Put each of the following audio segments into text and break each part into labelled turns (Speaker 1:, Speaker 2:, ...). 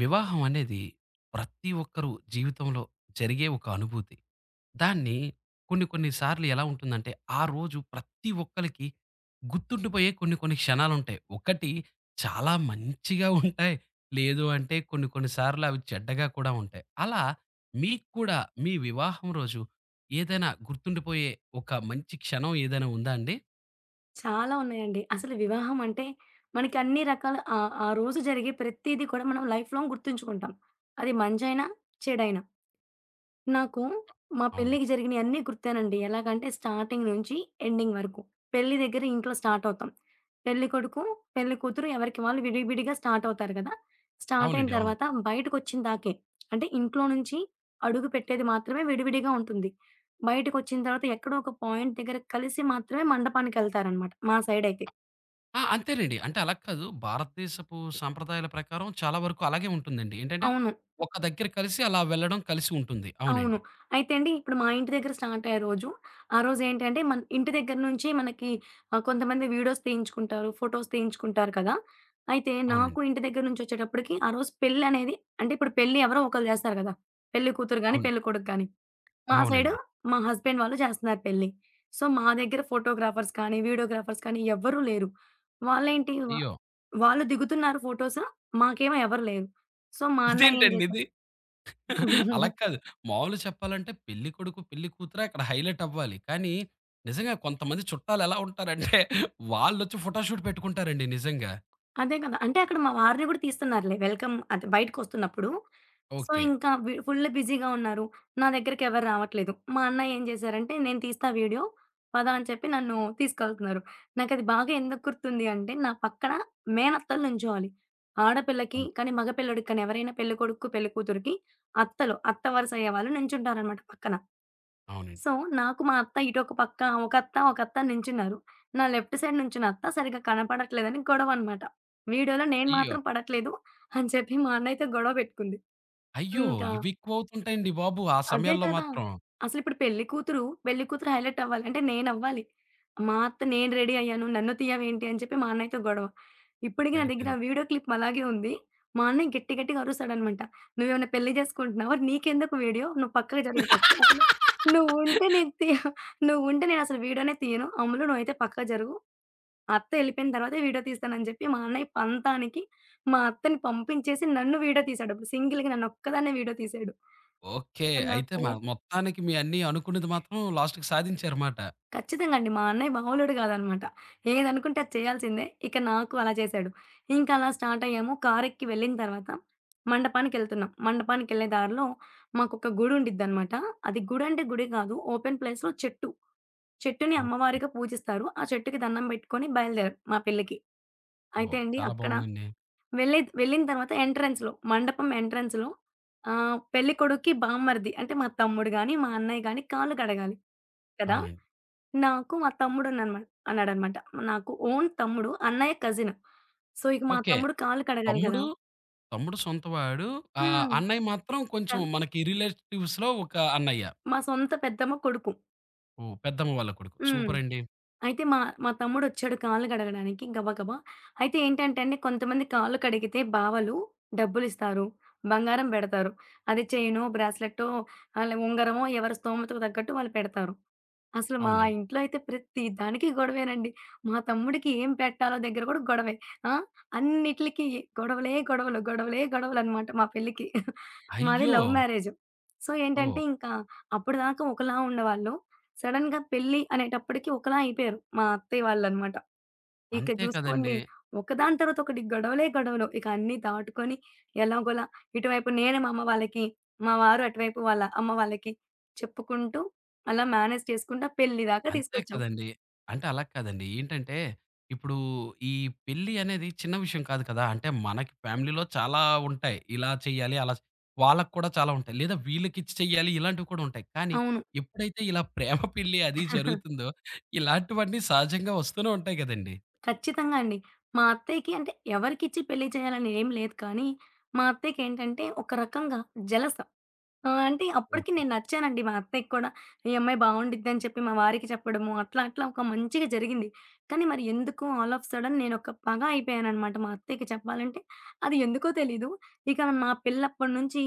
Speaker 1: వివాహం అనేది ప్రతి ఒక్కరు జీవితంలో జరిగే ఒక అనుభూతి. దాన్ని కొన్ని కొన్ని సార్లు ఎలా ఉంటుందంటే, ఆ రోజు ప్రతి ఒక్కళ్ళకి గుర్తుండిపోయే కొన్ని కొన్ని క్షణాలుంటాయి. ఒకటి చాలా మంచిగా ఉంటాయి. లేదు అంటే కొన్ని కొన్ని సార్లు అవి చెడ్డగా కూడా ఉంటాయి. అలా మీకు కూడా మీ వివాహం రోజు ఏదైనా గుర్తుండిపోయే ఒక మంచి క్షణం ఏదైనా ఉందా అండి?
Speaker 2: చాలా ఉన్నాయండి. అసలు వివాహం అంటే మనకి అన్ని రకాల ఆ రోజు జరిగే ప్రతీది కూడా మనం లైఫ్ లాంగ్ గుర్తుంచుకుంటాం. అది మంచైనా, చెడైనా. నాకు మా
Speaker 1: అవునండి.
Speaker 2: పెళ్ళికి జరిగినయన్నీ గుర్తేనండి. ఎలాగంటే స్టార్టింగ్ నుంచి ఎండింగ్ వరకు. పెళ్లి దగ్గర ఇంట్లో స్టార్ట్ అవుతాం. పెళ్లి కొడుకు, పెళ్లి కూతురు ఎవరికి వాళ్ళు విడివిడిగా స్టార్ట్ అవుతారు గదా! స్టార్ట్ అయిన
Speaker 1: అవునండి. అవును.
Speaker 2: తర్వాత బయటకొచ్చిన దాకే. అంటే ఇంట్లో నుంచి అడుగు పెట్టేది మాత్రమే విడివిడిగా ఉంటుంది. బయటకొచ్చిన తర్వాత ఎక్కడో ఒక పాయింట్ దగ్గర కలిసి మాత్రమే మండపానికెళ్తారనమాట మా సైడయితే.
Speaker 1: ఆ! అంతేనండి. అంటే అలా కాదు. భారతదేశపు సాంప్రదాయాల ప్రకారం చాలా వరకు అలాగే ఉంటుందండి. ఏంటంటే,
Speaker 2: అవును.
Speaker 1: ఒక దగ్గర కలిసి అలా వెళ్ళడం కలిసి ఉంటుంది.
Speaker 2: అవును.
Speaker 1: అవునండి.
Speaker 2: అయితే అండి ఇప్పుడు మా ఇంటి దగ్గర స్టార్ట్ అయ్యే రోజు, ఆ రోజేంటంటే మన ఇంటి దగ్గర నుంచి మనకి కొంతమంది వీడియోస్ తీయించుకుంటారు, ఫోటోస్ తీయించుకుంటారు కదా! అయితే నాకు
Speaker 1: అవునండి.
Speaker 2: ఇంటి దగ్గర నుంచొచ్చేటప్పటికి ఆ రోజు పెళ్లనేది అంటే ఇప్పుడు పెళ్లి ఎవరో ఒకళ్ళు చేస్తారు కదా! పెళ్లి కూతురు గాని,
Speaker 1: అవును.
Speaker 2: పెళ్లి కొడుకు గాని. మా సైడు
Speaker 1: అవునండి.
Speaker 2: మా హస్బెండ్ వాళ్ళు చేస్తున్నారు పెళ్లి. సో, మా దగ్గర ఫోటోగ్రాఫర్స్ కానీ, వీడియోగ్రాఫర్స్ కానీ ఎవ్వరూ లేరు. వాళ్ళేంటి
Speaker 1: అయ్యో!
Speaker 2: వాళ్ళు దిగుతున్నారు ఫోటోస్. మాకేమో ఎవరు లేరు. సో, మా అన్నయ్య ఏం
Speaker 1: ఇదేంటండి
Speaker 2: చేశారు
Speaker 1: ఇది? అలా కాదు. మామూలుగా చెప్పాలంటే పెళ్లి కొడుకు, పెళ్లి కూతురు అక్కడ హైలైట్ అవ్వాలి. కానీ నిజంగా కొంతమంది చుట్టాలు ఎలా ఉంటారంటే, వాళ్ళొచ్చి ఫోటో షూట్ పెట్టుకుంటారండి నిజంగా.
Speaker 2: అదే కదా! అంటే అక్కడ మా వారిని గూడా తీస్తున్నారులే. వెల్కమ్ అంటే బయటికొస్తున్నప్పుడు. So,
Speaker 1: okay.
Speaker 2: ఇంకా వి ఫుల్ బిజీగా ఉన్నారు. నా దగ్గరికి ఎవరు రావట్లేదు. మా అన్నయ్య ఏం చేశారంటే, "నేను తీస్తా వీడియో. పద" అని చెప్పి నన్ను తీసుకెళ్తున్నారు. నాకది బాగా ఎందుకు గుర్తుంది అంటే, నా పక్కన మేనత్తలు నుంచోవాలి. ఆడపిల్లకి
Speaker 1: అవును.
Speaker 2: కానీ, మగ పిల్లోడికి కానీ ఎవరైనా పెళ్ళికొడుక్కు, పెళ్ళికూతురికి అత్తలు, అత్త వరుస అయ్యేవాళ్ళు నుంచుంటారనమాట పక్కన.
Speaker 1: అవునండి.
Speaker 2: సో, నాకు మా అత్త ఇటొక పక్క, ఒక అత్త నించున్నారు. నా లెఫ్ట్ సైడ్ నుంచున్న అత్త సరిగ్గా కనపడట్లేదని గొడవనమాట. వీడియోలో నేను
Speaker 1: అయ్యో!
Speaker 2: మాత్రం పడట్లేదు అని చెప్పి మా అన్నయ్యతో గొడవ పెట్టుకుంది.
Speaker 1: అయ్యో!
Speaker 2: ఇంకా
Speaker 1: ఇవి ఎక్కువ అవుతుంటాయండి బాబు ఆ
Speaker 2: అదే
Speaker 1: సమయాల్లో
Speaker 2: కదా!
Speaker 1: మాత్రం.
Speaker 2: అసలిప్పుడు పెళ్లి కూతురు హైలైట్ అవ్వాలి. అంటే నేనవ్వాలి. మా అత్త నేను రెడీ అయ్యాను. నన్ను తీయవేంటి అని చెప్పి మా అన్నయ్యతో గొడవ. ఇప్పటికి నా దగ్గర ఆ
Speaker 1: సరిపోయింది.
Speaker 2: వీడియో క్లిప్ అలాగే ఉంది. మా అన్నయ్య గట్టి గట్టిగా అరుస్తాడనమాట. "నువ్వేమైనా పెళ్లి చేసుకుంటున్నావా? నీకెందుకు వీడియో? నువ్వు పక్కకి జరుగు ఫస్ట్. అసలు నువ్వుంటే నేను తీ నువ్వుంటే నేనసలు వీడియోనే తీయను. అమ్ములు నువ్వైతే పక్కకి జరుగు. అత్త ఎళ్ళిపోయిన తర్వాతే వీడియో తీస్తానని" చెప్పి మా అన్నయ్య పంతానికి మా అత్తని పంపించేసి నన్ను వీడియో తీసాడు. అప్పుడు సింగిల్‌గా నన్నొక్కదాన్నే వీడియో తీసాడు.
Speaker 1: ఓకే. అయితే
Speaker 2: నాకు
Speaker 1: మొత్తానికి మీ అన్నీ అనుకున్నది మాత్రం లాస్ట్‌కి సాధించారుమాట.
Speaker 2: ఖచ్చితంగా అండి. మా అన్నయ్య మామూలోడు కాదనమాట. ఏదనుకుంటే అది చేయాల్సిందే. ఇక నాకు అలా చేశాడు. ఇంకా అలా స్టార్ట్ అయ్యాము. కారెక్కి వెళ్ళిన తర్వాత మండపానికెళ్తున్నాం. మండపానికెళ్ళే దారిలో మాకొక గుడి ఉండిద్దనమాట. అది గుడి అంటే గుడి కాదు. ఓపెన్ ప్లేస్‌లో చెట్టు. చెట్టుని
Speaker 1: ఓకే.
Speaker 2: అమ్మవారిగా పూజిస్తారు. ఆ చెట్టుకి దండం పెట్టుకొని బయలుదేరాం మా పెళ్ళికి. అయితే
Speaker 1: ఓహ్!
Speaker 2: అండి
Speaker 1: చాలా
Speaker 2: అక్కడ
Speaker 1: బావుందండి.
Speaker 2: వెళ్ళిన తర్వాత ఎంట్రన్స్‌లో మండపం ఎంట్రన్స్‌లో పెళ్ళికొడుక్కి, బామ్మర్ది అంటే మా తమ్ముడు గాని, మా అన్నయ్య గాని కాళ్ళు కడగాలి కదా!
Speaker 1: అవునండి.
Speaker 2: నాకు మా తమ్ముడున్నాడనమాట అన్నాడనమాట. నాకు ఓన్ తమ్ముడు. అన్నయ్య కజిన్. సో, ఇక మా
Speaker 1: ఓకే.
Speaker 2: తమ్ముడు కాళ్ళు కడగాలి గదా!
Speaker 1: తమ్ముడు, తమ్ముడు సొంతవాడు.
Speaker 2: హ్మ్.
Speaker 1: అన్నయ్య మాత్రం కొంచెం
Speaker 2: కల్
Speaker 1: మనకి రిలేటివ్స్‌లో ఒక అన్నయ్య.
Speaker 2: మా సొంత పెద్దమ్మ కొడుకు.
Speaker 1: ఓహ్! పెద్దమ్మ వాళ్ళ కొడుకు.
Speaker 2: హ్మ్.
Speaker 1: సూపరండి.
Speaker 2: అయితే మా మా తమ్ముడొచ్చాడు కాళ్ళు కడగడానికి గబా గబా. అయితే ఏంటంటే అండి, కొంతమంది కాళ్ళు కడిగితే బావలు డబ్బులిస్తారు. బంగారం బెడతారు. అది చైనో, బ్రాస్లెట్టో, అలా ఉంగరమో ఎవరి స్తోమతకు తగ్గట్టు వాళ్ళు పెడతారు. అసలు మా
Speaker 1: అవునండి.
Speaker 2: ఇంట్లో అయితే ప్రతి దానికి గొడవేనండి. మా తమ్ముడికి ఏం పెట్టాలో దగ్గర కూడా గొడవే. ఆ! అన్నిట్లికి గొడవలే గొడవలు, గొడవలే గొడవలనమాట మా పెళ్ళికి. మాది
Speaker 1: అయ్యో!
Speaker 2: Love marriage. సో, ఏంటంటే
Speaker 1: ఓహ్!
Speaker 2: ఇంకా అప్పటిదాకా ఒకలా ఉండేవాళ్ళు. సడెన్‌గా పెళ్లి అనేటప్పటికి ఒకలా అయిపోయారు మా అత్తయ్య వాళ్ళనమాట. ఇక
Speaker 1: అంతే కదండీ.
Speaker 2: జూసుకోండి ఒకదాని తర్వాత ఒకటి గొడవలే గొడవలు. ఇక అన్నీ దాటుకొని ఎలాగోలా ఇటువైపు నేను మా అమ్మ వాళ్ళకి, మా వారు అటువైపు వాళ్ళ అమ్మ వాళ్ళకి చెప్పుకుంటూ అలా మేనేజ్ చేసుకుంటా పెళ్లి దాకా
Speaker 1: అంతే
Speaker 2: తీసుకొచ్చాం.
Speaker 1: కదండీ. అంటే అలా కాదండి. ఏంటంటే, ఇప్పుడు ఈ పెళ్లి అనేది చిన్న విషయం కాదు కదా! అంటే మనకి ఫ్యామిలీలో చాలా ఉంటాయి. ఇలా చేయాలి, అలా చే- వాళ్ళకి కూడా చాలా ఉంటాయి. లేదా వీళ్ళకిచ్చి చెయ్యాలి ఇలాంటివి కూడా ఉంటాయి. కానీ
Speaker 2: అవును.
Speaker 1: ఎప్పుడైతే ఇలా ప్రేమ పెళ్లి అది జరుగుతుందో, ఇలాంటివన్నీ సహజంగా వస్తూనే ఉంటాయి గదండీ!
Speaker 2: ఖచ్చితంగా అండి. మా అత్తయ్యకి అంటే ఎవరికిచ్చి పెళ్లి చేయాలని ఏం లేదు కానీ, మా అత్తయ్యకేంటంటే ఒక రకంగా జెలస్. ఆ! అంటే అప్పటికి
Speaker 1: ఓకే.
Speaker 2: నేను నచ్చానండి. మా అత్తయ్యకి కూడా, "ఈ అమ్మాయి బావుండిద్దని" చెప్పి మా వారికి చెప్పడము, అట్లా అట్లా ఒక మంచిగా జరిగింది. కానీ మరి ఎందుకో ఆల్ ఆఫ్ సడెన్ నేనొక పగ అయిపోయాననమాట మా అత్తయ్యకి చెప్పాలంటే. అది ఎందుకో తెలీదు. ఇక మా పిల్లప్పటినుంచి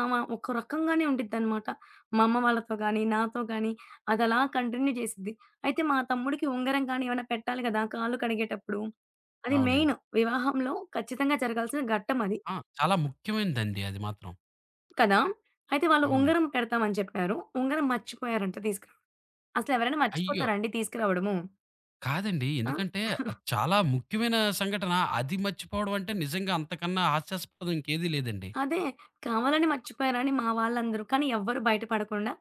Speaker 2: ఆమ ఒక రకంగానే ఉండిద్దనమాట. మా అమ్మ వాళ్ళతో గానీ, నాతో గానీ అదలా కంటిన్యూ చేసిద్ది. అయితే మా తమ్ముడికి ఉంగరం కానీ ఏమైనా పెట్టాలి కదా! కాళ్ళు కడిగేటప్పుడు. అది
Speaker 1: అవునండి.
Speaker 2: మెయిన్ వివాహంలో ఖచ్చితంగా జరగాల్సిన ఘట్టం అది.
Speaker 1: ఆ! చాలా ముఖ్యమైనదండి అది మాత్రం.
Speaker 2: కదా! అయితే వాళ్ళు
Speaker 1: అవునండి.
Speaker 2: ఉంగరం పెడతామని చెప్పారు. ఉంగరం మర్చిపోయారంట తీసుకురావడం. అసలెవరైనా
Speaker 1: అయ్యో!
Speaker 2: మర్చిపోతారా అండి తీసుకురావడము?
Speaker 1: కాదండి.
Speaker 2: ఆ!
Speaker 1: ఎందుకంటే, అది చాలా ముఖ్యమైన సంఘటన. అది మర్చిపోవడం అంటే నిజంగా అంతకన్నా హాస్యాస్పదం ఇంకేది లేదండి.
Speaker 2: అదే. కావాలని మర్చిపోయారని మా వాళ్ళందరూ. కానీ ఎవ్వరు బయట పడకుండా,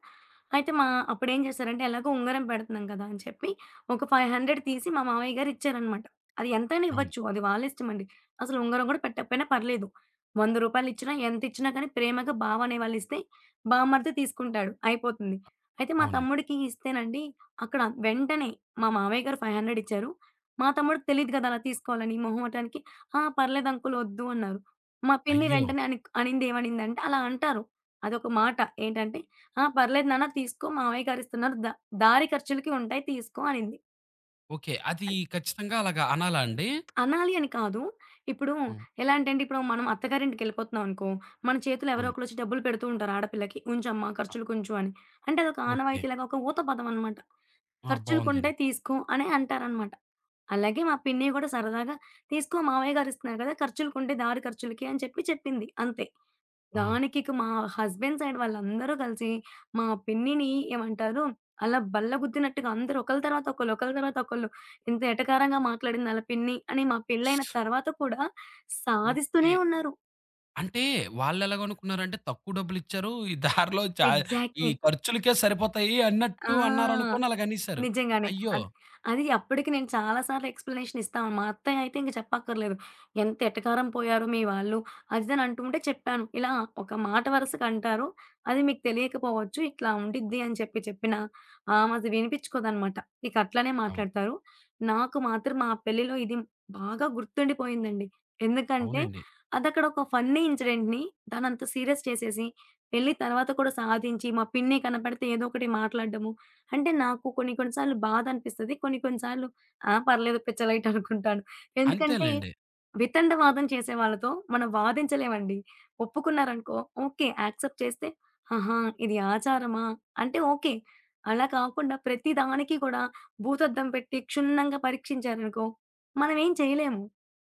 Speaker 2: అయితే మా అప్పుడేం చేశారంటే, ఎలాగో ఉంగరం పెడుతున్నాం కదా అని చెప్పి, ఒక 500 తీసి మా మామయ్య గారు ఇచ్చారనమాట. అది ఎంతైనా
Speaker 1: అవును.
Speaker 2: ఇవ్వచ్చు. అది వాళ్ళ ఇష్టమండి. అసలు ఉంగరం కూడా పెట్టకపోయినా పర్లేదు. రూ. 100 ఇచ్చినా, ఎంత ఇచ్చినా కానీ ప్రేమగా బావ అనేవాళ్ళు ఇస్తే, బావమరిది తీసుకుంటాడు. అయిపోతుంది. అయితే మా
Speaker 1: అవునండి.
Speaker 2: తమ్ముడికి ఇస్తేనండి, అక్కడ వెంటనే మా మామయ్య గారు 500 ఇచ్చారు. మా తమ్ముడికి తెలీదు కదా! అలా తీసుకోవాలని. మొహమాటానికి, "ఆ! పర్లేదు అంకుల్ వద్దు" అన్నారు. మా పిన్ని
Speaker 1: అయ్యో!
Speaker 2: వెంటనే అని అనిందేమనిందంటే అలా అంటారు. అదొక మాట. ఏంటంటే, "ఆ! పర్లేదు నాన్న తీసుకో మావయ్య గారిస్తున్నారు. దారి ఖర్చులకి ఉంటాయి తీసుకో" అనింది.
Speaker 1: ఓకే. అది ఖచ్చితంగా అలాగా అనాలా అండి?
Speaker 2: అనాలి అని కాదు. ఇప్పుడు
Speaker 1: హ్మ్.
Speaker 2: ఎలా అంటే అండి, ఇప్పుడు మనం అత్తగారింటికెళ్ళిపోతున్నాం అనుకో, మన చేతిలో ఎవరో
Speaker 1: అవును.
Speaker 2: ఒకళ్ళొచ్చి డబ్బులు పెడుతూ ఉంటారు ఆడపిల్లకి. "ఉంచమ్మా ఖర్చులకుంచు" అని. అంటే అదొక
Speaker 1: ఓకే.
Speaker 2: ఆనవాయితీ లాగా ఒక ఊత పదం అనమాట.
Speaker 1: ఆ! బావుందండి.
Speaker 2: "ఖర్చులకుంటాయి తీసుకో" అనే అంటారనమాట. అలాగే మా పిన్ని గూడా సరదాగా "తీసుకో మావయ్య గారిస్తున్నారు గదా! ఖర్చులకుంటే దారి ఖర్చులకి" అని చెప్పి చెప్పింది అంతే.
Speaker 1: ఆ!
Speaker 2: దానికిక మా హస్బెండ్ సైడ్ వాళ్ళందరూ కలిసి, మా పిన్నిని ఏమంటారు, అలా బల్ల గుద్దినట్టుగా అందరూ ఒకళ్ళ తర్వాత ఒకళ్ళు ఇంత ఎటకారంగా మాట్లాడింది ఆళ్ళ పిన్ని అని మా పెళ్లైన తర్వాత కూడా
Speaker 1: ఓకే.
Speaker 2: సాధిస్తూనే ఉన్నారు.
Speaker 1: అంటే వాళ్ళెలాగనుకున్నారంటే తక్కువ డబ్బులిచ్చారు. ఈ దారిలో ఈ
Speaker 2: ఎగ్జాక్ట్‌లీ.
Speaker 1: ఖర్చులకే సరిపోతాయి
Speaker 2: ఆ!
Speaker 1: అన్నట్టు అన్నారనుకోని అలాగనేసారు.
Speaker 2: నిజంగానే.
Speaker 1: అయ్యో!
Speaker 2: అది అది అప్పటికి నేను చాలా సార్లు ఎక్స్‌ప్లనేషన్ ఇస్తాను. మా అత్తయ్య అయితే ఇంక చెప్పక్కర్లేదు. ఎంత ఎటకారం పోయారు మీ వాళ్ళు, అది ఇది అని అంటుంటే చెప్పాను. ఇలా ఒక మాట వరుసకు అంటారు. అది మీకు తెలియకపోవచ్చు. ఇట్లా ఉండిద్ది అని చెప్పి చెప్పిన ఆమె అది వినిపించుకోదనమాట. ఇక అట్లనే
Speaker 1: అవును.
Speaker 2: మాట్లాడతారు. నాకు మాత్రం మా పెళ్లిలో ఇది బాగా గుర్తుండిపోయిందండి. ఎందుకంటే
Speaker 1: అవునండి.
Speaker 2: అదక్కడ ఒక ఫన్నీ ఇన్సిడెంట్‌ని దాన్నంత సీరియస్ చేసేసి పెళ్లి తర్వాత కూడా సాధించి మా పిన్ని కనపడితే ఏదో ఒకటి మాట్లాడడము. అంటే నాకు కొన్ని కొన్ని సార్లు బాధ అనిపిస్తది. కొన్ని కొన్ని సార్లు ఆ! పర్లేదు పిచ్చలైట్ అనుకుంటాను. ఎందుకంటే
Speaker 1: అంతేలెండి.
Speaker 2: వితండవాదం చేసే వాళ్ళతో మనం వాదించలేమండి. ఒప్పుకున్నారనుకో ఓకే. యాక్సెప్ట్ చేస్తే ఆహా! ఇది ఆచారమా? అంటే ఓకే. అలా కాకుండా ప్రతి దానికి కూడా భూతద్దం పెట్టి క్షుణ్ణంగా పరీక్షించారనుకో, మనమేం చేయలేము.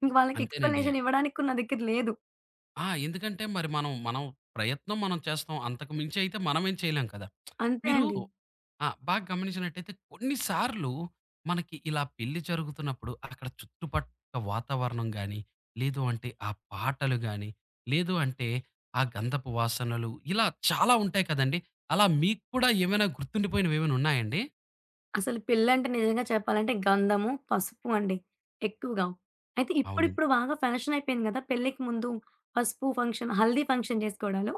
Speaker 2: ఇంక వాళ్ళకి
Speaker 1: అంతేనండి.
Speaker 2: ఎక్స్‌ప్లనేషన్ ఇవ్వడానికి కూడా నా దగ్గర లేదు.
Speaker 1: ఆ! ఎందుకంటే మరి మనం మనం ప్రయత్నం మనం చేస్తాం. అంతకు మించి అయితే మనమేం చేయలేం కదా!
Speaker 2: అంతే
Speaker 1: మీరు
Speaker 2: అండి.
Speaker 1: ఆ! బాగా గమనించినట్టయితే కొన్ని సార్లు మనకి ఇలా పెళ్లి జరుగుతున్నప్పుడు అక్కడ చుట్టుపక్క వాతావరణం గాని, లేదు అంటే ఆ పాటలు గాని, లేదు అంటే ఆ గంధపు వాసనలు ఇలా చాలా ఉంటాయి కదండీ! అలా మీకు కూడా ఏమైనా గుర్తుండిపోయినవేమైనా ఉన్నాయండి?
Speaker 2: అసలు పిల్లంటే నిజంగా చెప్పాలంటే గంధము, పసుపు అండి ఎక్కువగా. అయితే
Speaker 1: అవునండి.
Speaker 2: ఇప్పుడిప్పుడు బాగా ఫ్యాషన్ అయిపోయింది గదా! పెళ్ళికి ముందు పసుపు ఫంక్షన్, హల్దీ ఫంక్షన్ జేసుకోవడాలు.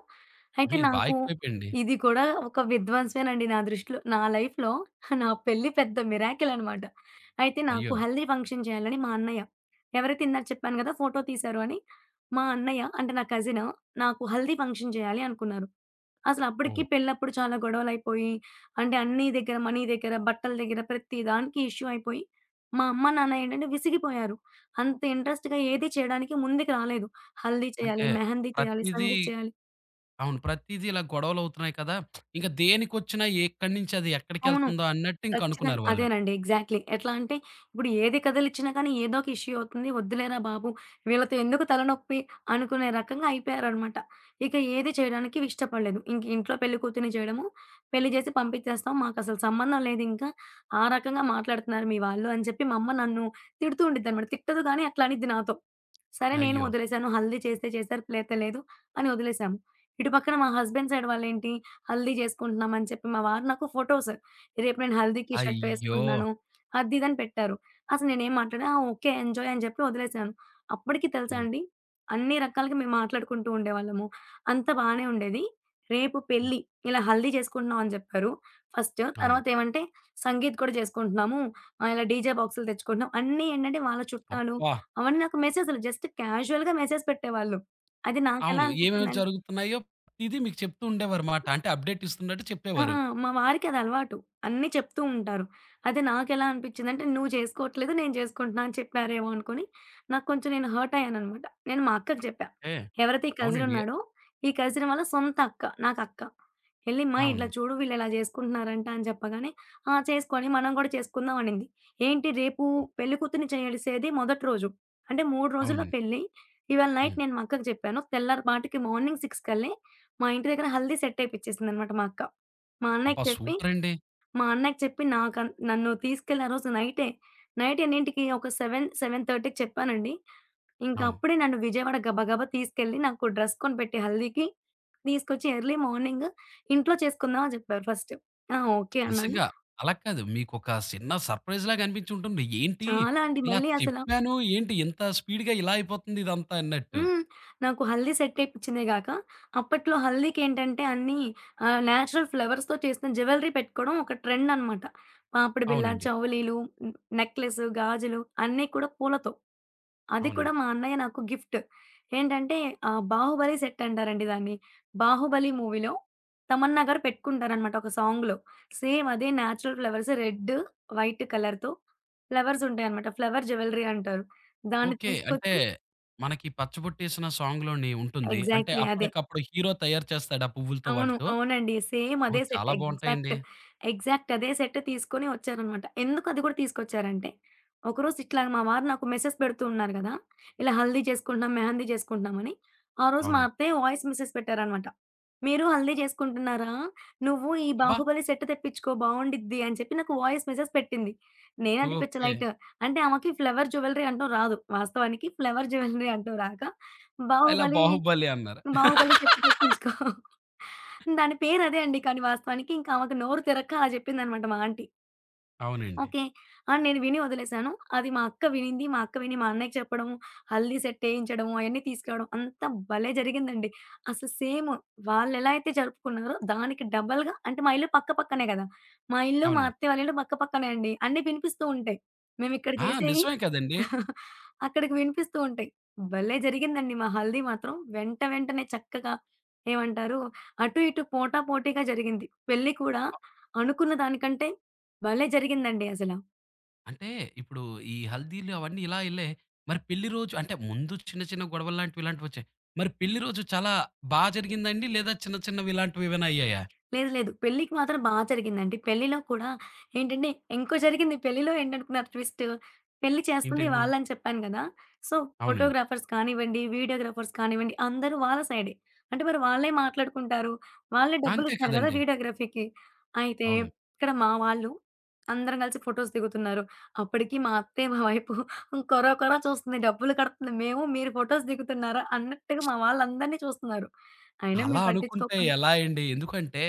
Speaker 2: అయితే
Speaker 1: ఇది బాగా
Speaker 2: నాకు
Speaker 1: ఎక్కువైపోయింది.
Speaker 2: ఇది కూడా ఒక విధ్వంసమేనండి నా దృష్టిలో. నా లైఫ్‌లో నా పెళ్లి పెద్ద మిరాకిల్ అనమాట. అయితే నాకు
Speaker 1: అయ్యో!
Speaker 2: హల్దీ ఫంక్షన్ చేయాలని మా అన్నయ్య ఎవరైతే ఇందాక చెప్పాను గదా! ఫోటో తీశారు అని. మా అన్నయ్య అంటే నా కజిన్ నాకు హల్దీ ఫంక్షన్ చేయాలి అనుకున్నారు. అసలప్పటికి
Speaker 1: ఓహ్!
Speaker 2: పెళ్ళప్పుడు చాలా గొడవలయిపోయి, అంటే అన్నీ దగ్గర, మనీ దగ్గర, బట్టల దగ్గర ప్రతి దానికి ఇష్యూ అయిపోయి, మా అమ్మ, నాన్న ఏంటంటే విసిగిపోయారు. అంత ఇంట్రెస్ట్‌గా ఏది చేయడానికి ముందుకు రాలేదు. హల్దీ చేయాలి,
Speaker 1: అంటే
Speaker 2: మెహందీ చేయాలి,
Speaker 1: ప్రతీదీ
Speaker 2: సంగీత్ చేయాలి
Speaker 1: అవును. ప్రతీదీ ఇలా గొడవలవుతున్నాయి కదా! ఇంక దేనికొచ్చినా ఎక్కడి నుంచి అది
Speaker 2: అవును.
Speaker 1: ఎక్కడికెళ్తుందో అన్నట్టు ఇంక
Speaker 2: ఖచ్చితంగా.
Speaker 1: అనుకున్నారు వాళ్ళు.
Speaker 2: అదేనండి. ఎగ్జాక్ట్‌లీ. ఎట్లా అంటే, ఇప్పుడు ఏది కథలిచ్చినా కానీ ఏదో ఒక ఇష్యూ అవుతుంది. వద్దులేరా బాబు! వీళ్ళతో ఎందుకు తలనొప్పి అనుకునే రకంగా అయిపోయారనమాట. ఇక ఏది చేయడానికి ఇష్టపడలేదు. ఇంక ఇంట్లో పెళ్లి కూతుర్ని చేయడము, పెళ్లి చేసి పంపించేస్తాం. మాకసలు సంబంధం లేదింకా. ఆ రకంగా మాట్లాడుతున్నారు మీ వాళ్ళు అని చెప్పి మా అమ్మ నన్ను తిడుతూ ఉండిద్దనమాట. తిట్టదు గానీ అట్లా అనిద్ది నాతో. సరే నేను
Speaker 1: అయ్యో!
Speaker 2: వదిలేసాను. హల్దీ చేస్తే చేశారు. లేతే లేదు అని వదిలేసాము. ఇటు పక్కన మా హస్బెండ్ సైడ్ వాళ్ళేంటి, హల్దీ చేసుకుంటున్నామని చెప్పి మా వారు నాకు ఫోటోస్ రేపు నేను హల్దీకి షర్ట్
Speaker 1: అయ్యో!
Speaker 2: వేసుకుంటున్నాను. అది ఇది అని పెట్టారు. అసలు నేనేం మాట్లాడా, ఆ! ఓకే. ఎంజాయ్ అని చెప్పి వదిలేసాను. అప్పటికి తెలుసా
Speaker 1: హ్మ్.
Speaker 2: అండి, అన్ని రకాలుగా మేము మాట్లాడుకుంటూ ఉండేవాళ్ళము. అంతా బానే ఉండేది. రేపు
Speaker 1: హ్మ్.
Speaker 2: పెళ్లి, ఇలా హల్దీ చేసుకుంటున్నాం అని చెప్పారు ఫస్ట్.
Speaker 1: అవును.
Speaker 2: తర్వాత ఏమంటే సంగీత్ కూడా చేసుకుంటున్నాము. ఇలా డీజే బాక్సులు తెచ్చుకుంటున్నాం. అన్నీ ఏంటంటే వాళ్ళ చుట్టాలు
Speaker 1: అబ్బా!
Speaker 2: అవన్నీ నాకు మెసేజ్‌లు జస్ట్ క్యాజుయల్‌గా మెసేజ్ పెట్టేవాళ్ళు. అది నాకెలా
Speaker 1: అవును. ఏమేమి
Speaker 2: అనిపించిందంటే
Speaker 1: జరుగుతున్నాయో ప్రతీదీ మీకు చెప్తూ ఉండేవారుమాట. అంటే అప్‌డేట్ ఇస్తున్నట్టు
Speaker 2: ఆ!
Speaker 1: చెప్పేవారు.
Speaker 2: ఆ! మా వారికదలవాటు. అన్నీ చెప్తూ ఉంటారు. అదే నాకెలా అనిపిచ్చిందంటే, "నువ్వు చేసుకోవట్లేదు, నేను చేసుకుంటున్నా" అని చెప్పారేమో అనుకోని, నాకు కొంచెం నేను హర్టయ్యాననమాట. నేను మా అక్కకి చెప్పా.
Speaker 1: ఏ
Speaker 2: ఎవరైతే ఈ
Speaker 1: అవునండి.
Speaker 2: కజినున్నాడో, ఈ కజిన్ వాళ్ళ సొంత అక్క, నాకక్క. "ఎళ్లి మా ఇట్లా
Speaker 1: అవును.
Speaker 2: చూడు వీళ్ళిలా చేసుకుంటున్నారంట" అని చెప్పగానే, "ఆ! చేసుకోండి, మనం గూడా చేసుకుందాం" అనింది. ఏంటి రేపు
Speaker 1: ఓహ్!
Speaker 2: పెళ్లి కూతుర్ని చేసేది మొదటి రోజు. అంటే 3 రోజుల్లో
Speaker 1: అవునండి.
Speaker 2: పెళ్లి. ఇవాళ నైట్
Speaker 1: హ్మ్.
Speaker 2: నేను మా అక్కకి చెప్పాను. తెల్లారి పాటికి మార్నింగ్ 6 కల్లే మా ఇంటి దగ్గర హల్దీ సెట్ ఏపిచ్చేసిందనమాట మా అక్క. మా అన్నయ్యకి
Speaker 1: అబ్బా!
Speaker 2: చెప్పి,
Speaker 1: సూపరండి.
Speaker 2: నన్ను తీసుకెళ్ళి ఆ రోజు నైటే, నైట్ ఎన్నింటికి ఒక 7, 7:30కి చెప్పానండి. ఇంక
Speaker 1: అవును.
Speaker 2: అప్పుడే నన్ను విజయవాడ గబగబా తీసుకెళ్ళి నాకు డ్రెస్ కొనిపెట్టి హల్దీకి, తీసుకొచ్చి ఎర్లీ మార్నింగ్ ఇంట్లో చేసుకుందాం అని చెప్పారు ఫస్ట్. ఆ! ఓకే అన్నాను.
Speaker 1: నిజంగా అలా కాదు. మీకొక చిన్న సర్ప్రైజ్‌లాగా అనిపించి ఉంటుంది. ఏంటి
Speaker 2: చాలా అండి
Speaker 1: ఇలా
Speaker 2: మళ్ళీ అసల
Speaker 1: చెప్పాను, ఏంటి ఇంత స్పీడ్‌గా ఇలా అయిపోతుంది ఇదంతా అన్నట్టు.
Speaker 2: హ్మ్. నాకు హల్దీ సెట్ ఏపిచ్చిందే గాక, అప్పట్లో హల్దీకేంటంటే అన్నీ నేచురల్ ఫ్లవర్స్‌తో చేసిన జ్యువెలరీ పెట్టుకోవడం ఒక ట్రెండ్ అనమాట. పాపిడి బిళ్ళ,
Speaker 1: అవునండి.
Speaker 2: చౌలీలు, హ్మ్, నెక్లెసు, గాజులు అన్నీ కూడా పూలతో. అది కూడా
Speaker 1: అవునండి.
Speaker 2: మా అన్నయ్య నాకు గిఫ్ట్. ఏంటంటే 'బాహుబలి' సెట్ అంటారండి దాన్ని. 'బాహుబలి' మూవీలో తమన్నా గారు పెట్టుకుంటారనమాట ఒక సాంగ్‌లో. సేమ్ అదే నేచురల్ ఫ్లవర్స్ రెడ్, వైట్ కలర్‌తో ఫ్లవర్స్ ఉంటాయనమాట. ఫ్లవర్ జ్యువెలరీ అంటారు. దాన్ని
Speaker 1: ఓకే. అంటే
Speaker 2: తీసుకొచ్చి
Speaker 1: మనకి 'పచ్చబొట్టేసిన' సాంగ్‌లోని ఉంటుంది. అంటే
Speaker 2: ఎగ్జాక్ట్‌లీ అదే.
Speaker 1: అప్పటికప్పుడు హీరో తయారు చేస్తాడా పువ్వులతో
Speaker 2: అవును.
Speaker 1: వాటితో?
Speaker 2: అవునండి. సేమ్ అదే
Speaker 1: ఓహ్!
Speaker 2: సెట్.
Speaker 1: చాలా
Speaker 2: ఎగ్జాక్ట్.
Speaker 1: బావుంటాయండి.
Speaker 2: ఎగ్జాక్ట్ అదే సెట్ తీసుకొని వచ్చారనమాట. ఎందుకు అది కూడా తీసుకొచ్చారంటే, ఒకరోజు ఇట్లా మా వారు నాకు మెసేజ్ పెడుతూ ఉన్నారు గదా! ఇలా హల్దీ చేసుకుంటున్నాం, మెహందీ చేసుకుంటున్నామని. ఆ రోజు మా
Speaker 1: అవునండి.
Speaker 2: అత్తయ్య వాయిస్ మెసేజ్ పెట్టారనమాట. "మీరు హల్దీ చేసుకుంటున్నారా? నువ్వు ఈ
Speaker 1: అబ్బా!
Speaker 2: బాహుబలి సెట్ తెప్పించుకో బావుండిద్ది" అని చెప్పి నాకు వాయిస్ మెసేజ్ పెట్టింది. నేనది
Speaker 1: ఓకే.
Speaker 2: పిచ్చలైట్. అంటే ఆమెకి ఫ్లవర్ జ్యువెలరీ అంటూ రాదు. వాస్తవానికి ఫ్లవర్ జ్యువెలరీ అంటూ రాక
Speaker 1: ఇలా
Speaker 2: బాహుబలి
Speaker 1: 'బాహుబలి' అన్నారు.
Speaker 2: బాహుబలి సెట్ తెప్పించుకో. దాని పేరదే అండి. కానీ వాస్తవానికి ఇంకా ఆమెకు నోరు తిరక్క అలా చెప్పిందనమాట మా ఆంటీ.
Speaker 1: అవునండి.
Speaker 2: ఓకే. ఆ! నేను విని వదిలేసాను. అది మా అక్క వినింది. మా అక్క విని మా అన్నయ్యకి చెప్పడం, హల్దీ సెట్ ఏయించడం అయన్నీ తీసుకురావడం అంతా భలే జరిగిందండి. అసలు సేమ్ వాళ్ళెలా అయితే జరుపుకున్నారో దానికి డబల్‌గా అంటే మా ఇల్లు పక్క పక్కనే గదా! మా ఇల్లు, మా
Speaker 1: అవునండి.
Speaker 2: అత్తయ్య వాళ్ళ ఇల్లు పక్క పక్కనే అండి. అన్నీ వినిపిస్తూ ఉంటాయి. మేమిక్కడ
Speaker 1: ఆ!
Speaker 2: చేసేయి
Speaker 1: నిజమే కదండీ.
Speaker 2: అక్కడికి వినిపిస్తూ ఉంటాయి. భలే జరిగిందండి మా హల్దీ మాత్రం. వెంట వెంటనే చక్కగా ఏమంటారు, అటు ఇటు పోటాపోటీగా జరిగింది. పెళ్లి కూడా
Speaker 1: అ
Speaker 2: అనుకున్న దానికంటే భలే జరిగిందండి అసల.
Speaker 1: అంటే ఇప్పుడు ఈ హల్దీలు అవన్నీ ఇలా ఎళ్ళాయి. మరి పెళ్లి రోజు అంటే ముందు చిన్న చిన్న గొడవలు లాంటివి ఇలాంటివొచ్చాయి. మరి పెళ్లి రోజు చాలా బా జరిగిందండి? లేదా చిన్న చిన్నవి ఇలాంటివి ఏమైనా అయ్యాయా?
Speaker 2: లేదు. లేదు. పెళ్ళికి మాత్రం బా జరిగిందండి. పెళ్ళిలో కూడా ఏంటంటే ఇంకో జరిగింది పెళ్ళిలో ఏంటనుకున్నారు ట్విస్ట్. పెళ్లి చేస్తుంది
Speaker 1: ఏంటండి?
Speaker 2: వాళ్ళని చెప్పాను గదా! సో,
Speaker 1: అవునండి.
Speaker 2: ఫోటోగ్రాఫర్స్ కానివ్వండి, వీడియోగ్రాఫర్స్ కానివ్వండి అందరూ వాళ్ళ సైడే. అంటే మరి వాళ్ళే మాట్లాడుకుంటారు. వాళ్ళే
Speaker 1: అంతే
Speaker 2: డబ్బులిస్తారు గదా!
Speaker 1: కదండీ.
Speaker 2: వీడియోగ్రఫీకి. అయితే
Speaker 1: అవునండి.
Speaker 2: ఇక్కడ మా వాళ్ళు అందరం కలిసి ఫోటోస్ దిగుతున్నారు. అప్పటికి మా అత్తయ్య మా వైపు కొర కొర చూస్తుంది. డబ్బులు కడుతుంది. మేము మీరు ఫోటోస్ దిగుతున్నారా అన్నట్టుగా మా వాళ్ళందరిని చూస్తున్నారు. అయినా
Speaker 1: అలా
Speaker 2: మేము
Speaker 1: అనుకుంటే
Speaker 2: పట్టించుకోకుండా
Speaker 1: ఎలా అండి? ఎందుకంటే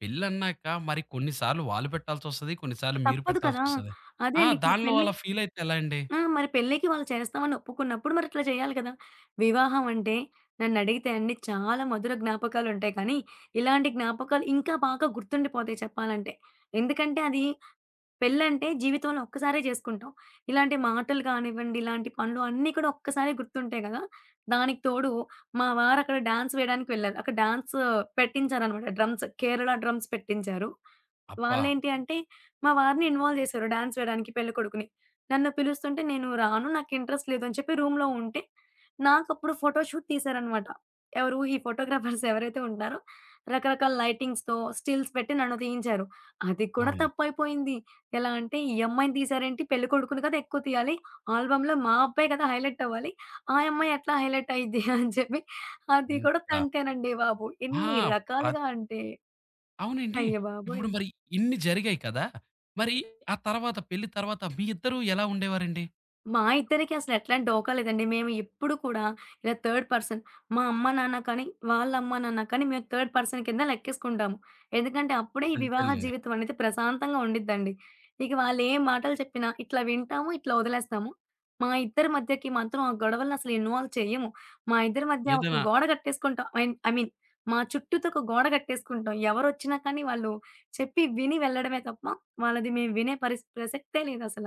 Speaker 1: పెళ్లన్నాక మరి కొన్ని సార్లు వాళ్ళు పెట్టాల్సొస్తది. కొన్ని సార్లు మీరు
Speaker 2: తప్పదు కదా!
Speaker 1: పెట్టాల్సొస్తది.
Speaker 2: అదే
Speaker 1: ఆ!
Speaker 2: అండి. ఇప్పుడు
Speaker 1: దానిలో
Speaker 2: పెళ్లి
Speaker 1: అలా ఫీలయితే ఎలా అండి?
Speaker 2: ఆ! మరి పెళ్ళికి వాళ్ళు చేస్తామని ఒప్పుకున్నప్పుడు మరి ఇట్లా చేయాలి కదా! వివాహం అంటే నన్నడిగితే అండి చాలా మధుర జ్ఞాపకాలుంటాయి కానీ, ఇలాంటి జ్ఞాపకాలు ఇంకా బాగా గుర్తుండిపోతాయి చెప్పాలంటే. ఎందుకంటే అది పెళ్ళంటే జీవితంలో ఒక్కసారే చేసుకుంటాం. ఇలాంటి మాటలు కానివ్వండి, ఇలాంటి పనులు అన్నీ కూడా ఒక్కసారే గుర్తుంటాయి గదా! దానికి తోడు మా వారక్కడ డాన్స్ వేయడానికి వెళ్లారు. అక్కడ డాన్స్ పెట్టించారనమాట. డ్రమ్స్ కేరళ డ్రమ్స్ పెట్టించారు.
Speaker 1: అబ్బా!
Speaker 2: వాళ్ళేంటి అంటే మా వారిని ఇన్వాల్వ్ చేశారు డాన్స్ వేయడానికి పెళ్ళికొడుకుని. నన్ను పిలుస్తుంటే నేను రాను. నాకు ఇంట్రెస్ట్ లేదు అని చెప్పి రూమ్‌లో ఉంటే నాకప్పుడు ఫోటో షూట్ తీశారనమాట. ఎవరు ఈ ఫోటోగ్రాఫర్స్ ఎవరైతే ఉంటారో రకరకాల లైటింగ్స్‌తో స్టిల్స్ పెట్టి నన్ను తీయించారు. అది కూడా
Speaker 1: అవును.
Speaker 2: తప్పైపోయింది. ఎలా అంటే, ఈ అమ్మాయిని తీశారేంటి పెళ్లి కొడుకుని కదా ఎక్కువ తీయాలి. ఆల్బమ్‌లో మా అబ్బాయి కదా హైలైట్ అవ్వాలి. ఆ అమ్మాయి ఎట్లా హైలైట్ అయ్యిద్ది అని చెప్పి అది కూడా
Speaker 1: ఇంకా
Speaker 2: తంటేనండి బాబు.
Speaker 1: ఆ!
Speaker 2: ఎన్ని రకాలుగా
Speaker 1: ప్రత్
Speaker 2: అంటే
Speaker 1: అవునండి.
Speaker 2: అయ్య బాబోయ్!
Speaker 1: ఇప్పుడు మరి ఇన్ని జరిగాయి కదా! మరి ఆ తర్వాత పెళ్లి తర్వాత మీ ఇద్దరూ ఎలా ఉండేవారండి?
Speaker 2: మా ఇద్దరికి అసలు ఎట్లాంటి డోకా లేదండి. మేము ఎప్పుడు కూడా ఇలా థర్డ్ పర్సన్ మా అమ్మ, నాన్న కానీ, వాళ్ళ అమ్మ, నాన్న కానీ మేము థర్డ్ పర్సన్ కింద లెక్కేసుకుంటాము. ఎందుకంటే అప్పుడే ఈ వివాహ
Speaker 1: అంతేనండి.
Speaker 2: జీవితం అనేది ప్రశాంతంగా ఉండిద్దండి. ఇక వాళ్ళు ఏ మాటలు చెప్పినా ఇట్లా వింటాము, ఇట్లా వదిలేస్తాము. మా ఇద్దరి మధ్యకి మాత్రం ఆ గొడవలను అసలు ఇన్వాల్వ్ చెయ్యము. మా ఇద్దరి మధ్య ఒక
Speaker 1: ఏదైనా
Speaker 2: గోడ కట్టేసుకుంటాం. ఐ ఐ మీన్ మా చుట్టూతో ఒక గోడ కట్టేసుకుంటాం. ఎవరొచ్చినా కానీ వాళ్ళు చెప్పి విని వెళ్ళడమే తప్ప వాళ్ళది మేము వినే ప్రసక్తే లేదసల.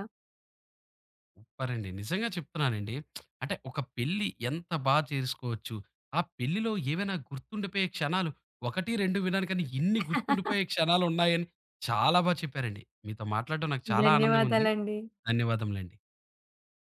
Speaker 1: సూపరండి. నిజంగా చెప్తున్నానండి. అంటే ఒక పెళ్లి ఎంత బా చేసుకోవచ్చు. ఆ పెళ్లిలో ఏవైనా గుర్తుండిపోయే క్షణాలు 1, 2 విన్నాను కానీ ఇన్ని గుర్తుండిపోయే క్షణాలున్నాయని చాలా బా చెప్పారండి. మీతో మాట్లాడడం నాకు చాలా ఆనందంగా ఉంది.
Speaker 2: ధన్యవాదాలండి.
Speaker 1: ధన్యవాదములండి.